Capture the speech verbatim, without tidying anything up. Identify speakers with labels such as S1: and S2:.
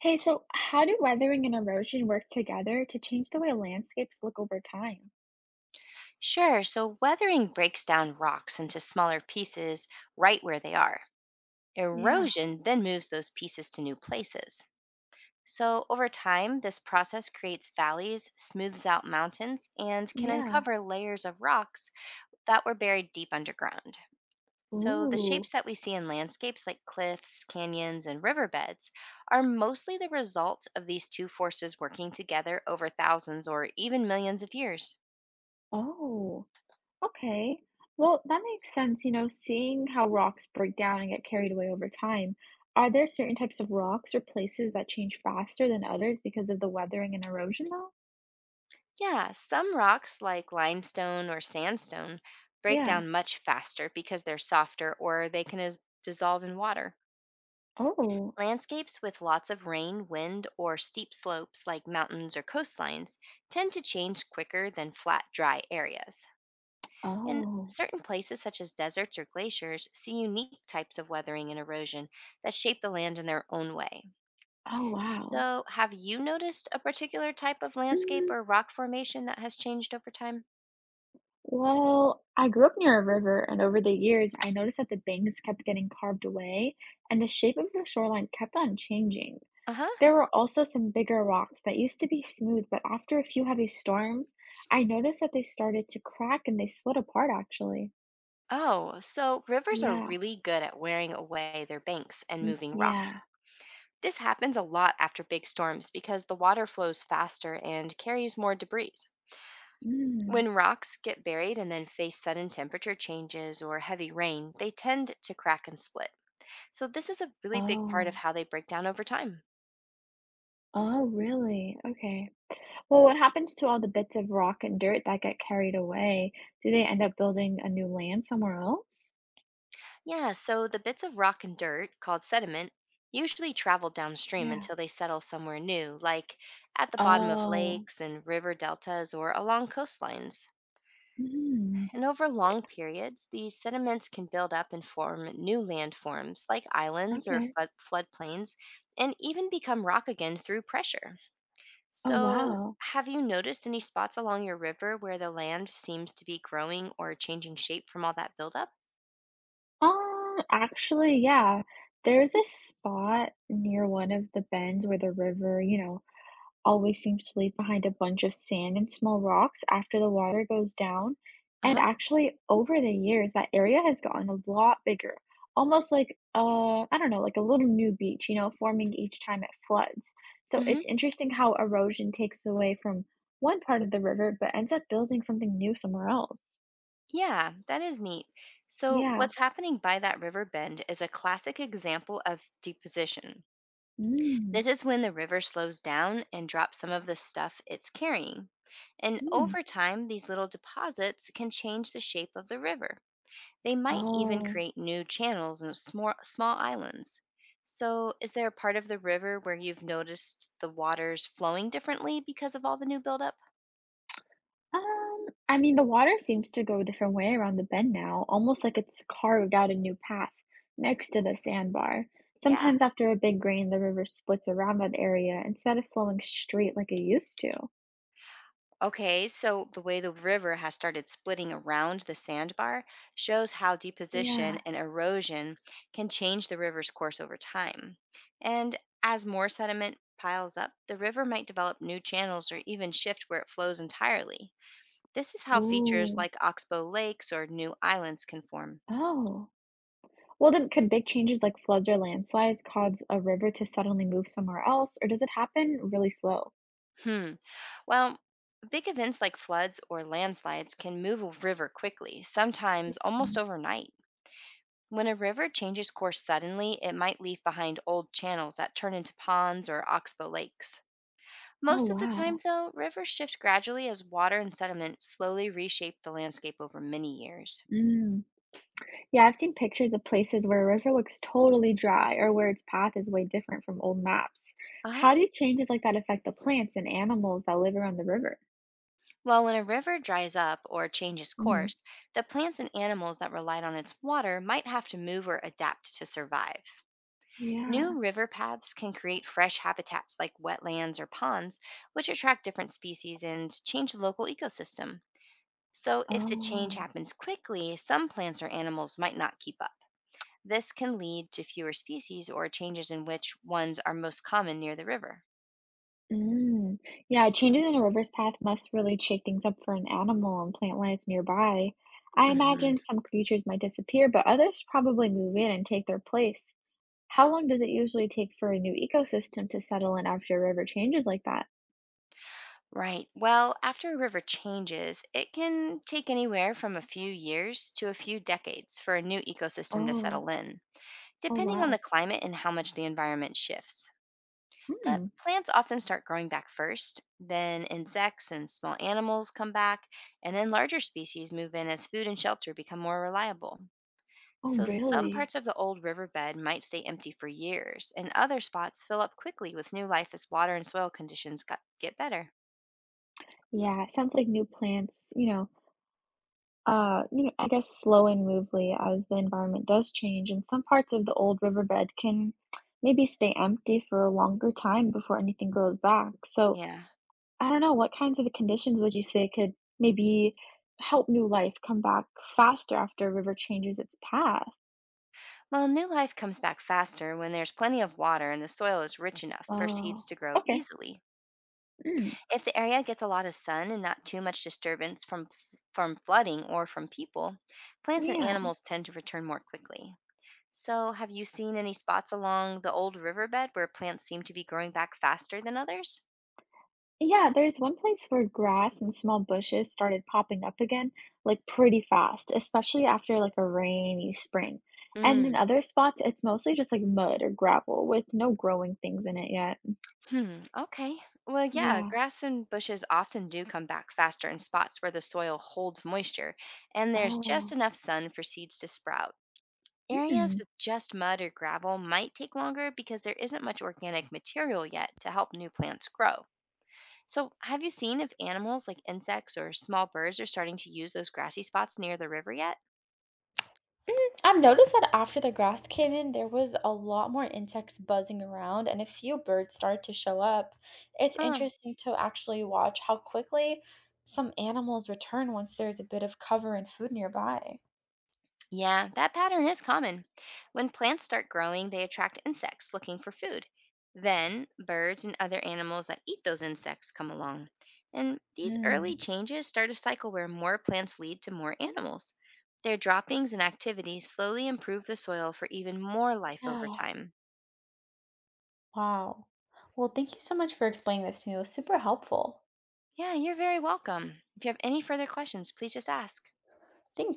S1: Hey, so how do weathering and erosion work together to change the way landscapes look over time?
S2: Sure. So weathering breaks down rocks into smaller pieces right where they are.
S1: Yeah,
S2: Erosion then moves those pieces to new places. So over time, this process creates valleys, smooths out mountains, and can
S1: yeah.
S2: uncover layers of rocks that were buried deep underground. So the
S1: Ooh,
S2: shapes that we see in landscapes like cliffs, canyons, and riverbeds are mostly the result of these two forces working together over thousands or even millions of years.
S1: oh, okay. Well, that makes sense. You know, seeing how rocks break down and get carried away over time. Are there certain types of rocks or places that change faster than others because of the weathering and erosion, though?
S2: Yeah, some rocks like limestone or sandstone break
S1: Yeah.
S2: down much faster because they're softer or they can is- dissolve in water.
S1: Oh,
S2: Landscapes with lots of rain, wind, or steep slopes like mountains or coastlines tend to change quicker than flat, dry areas. And
S1: oh,
S2: certain places, such as deserts or glaciers, see unique types of weathering and erosion that shape the land in their own way.
S1: oh, wow.
S2: So, have you noticed a particular type of landscape
S1: Mm,
S2: or rock formation that has changed over time?
S1: well, I grew up near a river, and over the years, I noticed that the banks kept getting carved away, and the shape of the shoreline kept on changing.
S2: Uh huh.
S1: There were also some bigger rocks that used to be smooth, but after a few heavy storms, I noticed that they started to crack and they split apart, actually.
S2: Oh, so rivers are
S1: Yeah,
S2: really good at wearing away their banks and moving
S1: yeah.
S2: rocks. This happens a lot after big storms because the water flows faster and carries more debris.
S1: Mm.
S2: When rocks get buried and then face sudden temperature changes or heavy rain, they tend to crack and split. So, this is a really big part of
S1: Oh,
S2: how they break down over time.
S1: oh, really? Okay. Well, what happens to all the bits of rock and dirt that get carried away? Do they end up building a new land somewhere else?
S2: Yeah, so the bits of rock and dirt, called sediment, usually travel downstream
S1: Yeah.
S2: until they settle somewhere new, like at the bottom of
S1: Oh.
S2: lakes and river deltas or along coastlines.
S1: Mm,
S2: And over long periods, these sediments can build up and form new landforms like islands or
S1: okay.
S2: flood floodplains and even become rock again through pressure.
S1: Oh,
S2: So,
S1: wow.
S2: have you noticed any spots along your river where the land seems to be growing or changing shape from all that buildup?
S1: Um, actually, yeah. There's a spot near one of the bends where the river, you know, always seems to leave behind a bunch of sand and small rocks after the water goes down.
S2: Uh
S1: And
S2: huh.
S1: actually, over the years, that area has gotten a lot bigger, almost like uh, I don't know, like a little new beach, you know, forming each time it floods. So
S2: Hmm.
S1: it's interesting how erosion takes away from one part of the river, but ends up building something new somewhere else.
S2: Yeah, that is neat. So,
S1: Yeah.
S2: what's happening by that river bend is a classic example of deposition.
S1: Mm,
S2: This is when the river slows down and drops some of the stuff it's carrying. And
S1: mm.
S2: over time, these little deposits can change the shape of the river. They might even
S1: Oh,
S2: create new channels and small, small islands. So, is there a part of the river where you've noticed the waters flowing differently because of all the new buildup?
S1: um, I mean, the water seems to go a different way around the bend now, almost like it's carved out a new path next to the sandbar.
S2: Yeah.
S1: Sometimes after a big rain, the river splits around that area instead of flowing straight like it used to.
S2: Okay, so the way the river has started splitting around the sandbar shows how deposition
S1: Yeah.
S2: and erosion can change the river's course over time. And as more sediment piles up, the river might develop new channels or even shift where it flows entirely. This is how features
S1: Ooh.
S2: like oxbow lakes or new islands can form.
S1: Oh. Well, then, could big changes like floods or landslides cause a river to suddenly move somewhere else, or does it happen really slow?
S2: Hmm. Well, big events like floods or landslides can move a river quickly, sometimes almost
S1: Mm.
S2: overnight. When a river changes course suddenly, it might leave behind old channels that turn into ponds or oxbow lakes.
S1: Oh,
S2: Most of the time,
S1: wow.
S2: though, rivers shift gradually as water and sediment slowly reshape the landscape over many years.
S1: Mm. Yeah, I've seen pictures of places where a river looks totally dry or where its path is way different from old maps.
S2: Uh huh.
S1: How do changes like that affect the plants and animals that live around the river?
S2: Well, when a river dries up or changes
S1: Hmm.
S2: course, the plants and animals that relied on its water might have to move or adapt to survive. New
S1: Yeah.
S2: river paths can create fresh habitats like wetlands or ponds, which attract different species and change the local ecosystem. So, if the change
S1: Oh.
S2: happens quickly, some plants or animals might not keep up. This can lead to fewer species or changes in which ones are most common near the river.
S1: Mm. Yeah, changes in a river's path must really shake things up for an animal and plant life nearby. I
S2: Hmm.
S1: imagine some creatures might disappear, but others probably move in and take their place. How long does it usually take for a new ecosystem to settle in after a river changes like that?
S2: Right. Well, after a river changes, it can take anywhere from a few years to a few decades for a new ecosystem to
S1: Oh,
S2: settle in,
S1: oh
S2: depending on the
S1: wow.
S2: climate and how much the environment shifts. But
S1: Hmm.
S2: plants often start growing back first, then insects and small animals come back, and then larger species move in as food and shelter become more reliable.
S1: Oh,
S2: So some
S1: really?
S2: parts of the old riverbed might stay empty for years, and other spots fill up quickly with new life as water and soil conditions got, get better.
S1: Yeah, it sounds like new plants, you know, uh, you know, I guess slow and movely as the environment does change, and some parts of the old riverbed can maybe stay empty for a longer time before anything grows back. So
S2: Yeah.
S1: I don't know, what kinds of conditions would you say could maybe help new life come back faster after a river changes its path?
S2: Well, new life comes back faster when there's plenty of water and the soil is rich enough for seeds
S1: Oh,
S2: to grow
S1: okay.
S2: easily.
S1: Mm,
S2: If the area gets a lot of sun and not too much disturbance from f- from flooding or from people, plants and
S1: yeah.
S2: animals tend to return more quickly. So, have you seen any spots along the old riverbed where plants seem to be growing back faster than others?
S1: Yeah, there's one place where grass and small bushes started popping up again, like pretty fast, especially after like a rainy spring. And in
S2: Mm,
S1: other spots, it's mostly just like mud or gravel with no growing things in it yet.
S2: hmm, okay. Well, yeah,
S1: Yeah.
S2: grass and bushes often do come back faster in spots where the soil holds moisture and there's just
S1: Oh.
S2: enough sun for seeds to sprout. Areas
S1: Mm.
S2: with just mud or gravel might take longer because there isn't much organic material yet to help new plants grow. So, have you seen if animals like insects or small birds are starting to use those grassy spots near the river yet?
S1: Mm, I've noticed that after the grass came in, there was a lot more insects buzzing around and a few birds started to show up. It's
S2: Oh.
S1: interesting to actually watch how quickly some animals return once there's a bit of cover and food nearby.
S2: Yeah, that pattern is common. When plants start growing, they attract insects looking for food. Then, birds and other animals that eat those insects come along. And these early changes start a cycle where more plants lead to more animals. Their droppings and activities slowly improve the soil for even more life over
S1: Yeah.
S2: time.
S1: Wow. Well, thank you so much for explaining this to me. It was super helpful.
S2: Yeah, you're very welcome. If you have any further questions, please just ask.
S1: Thanks.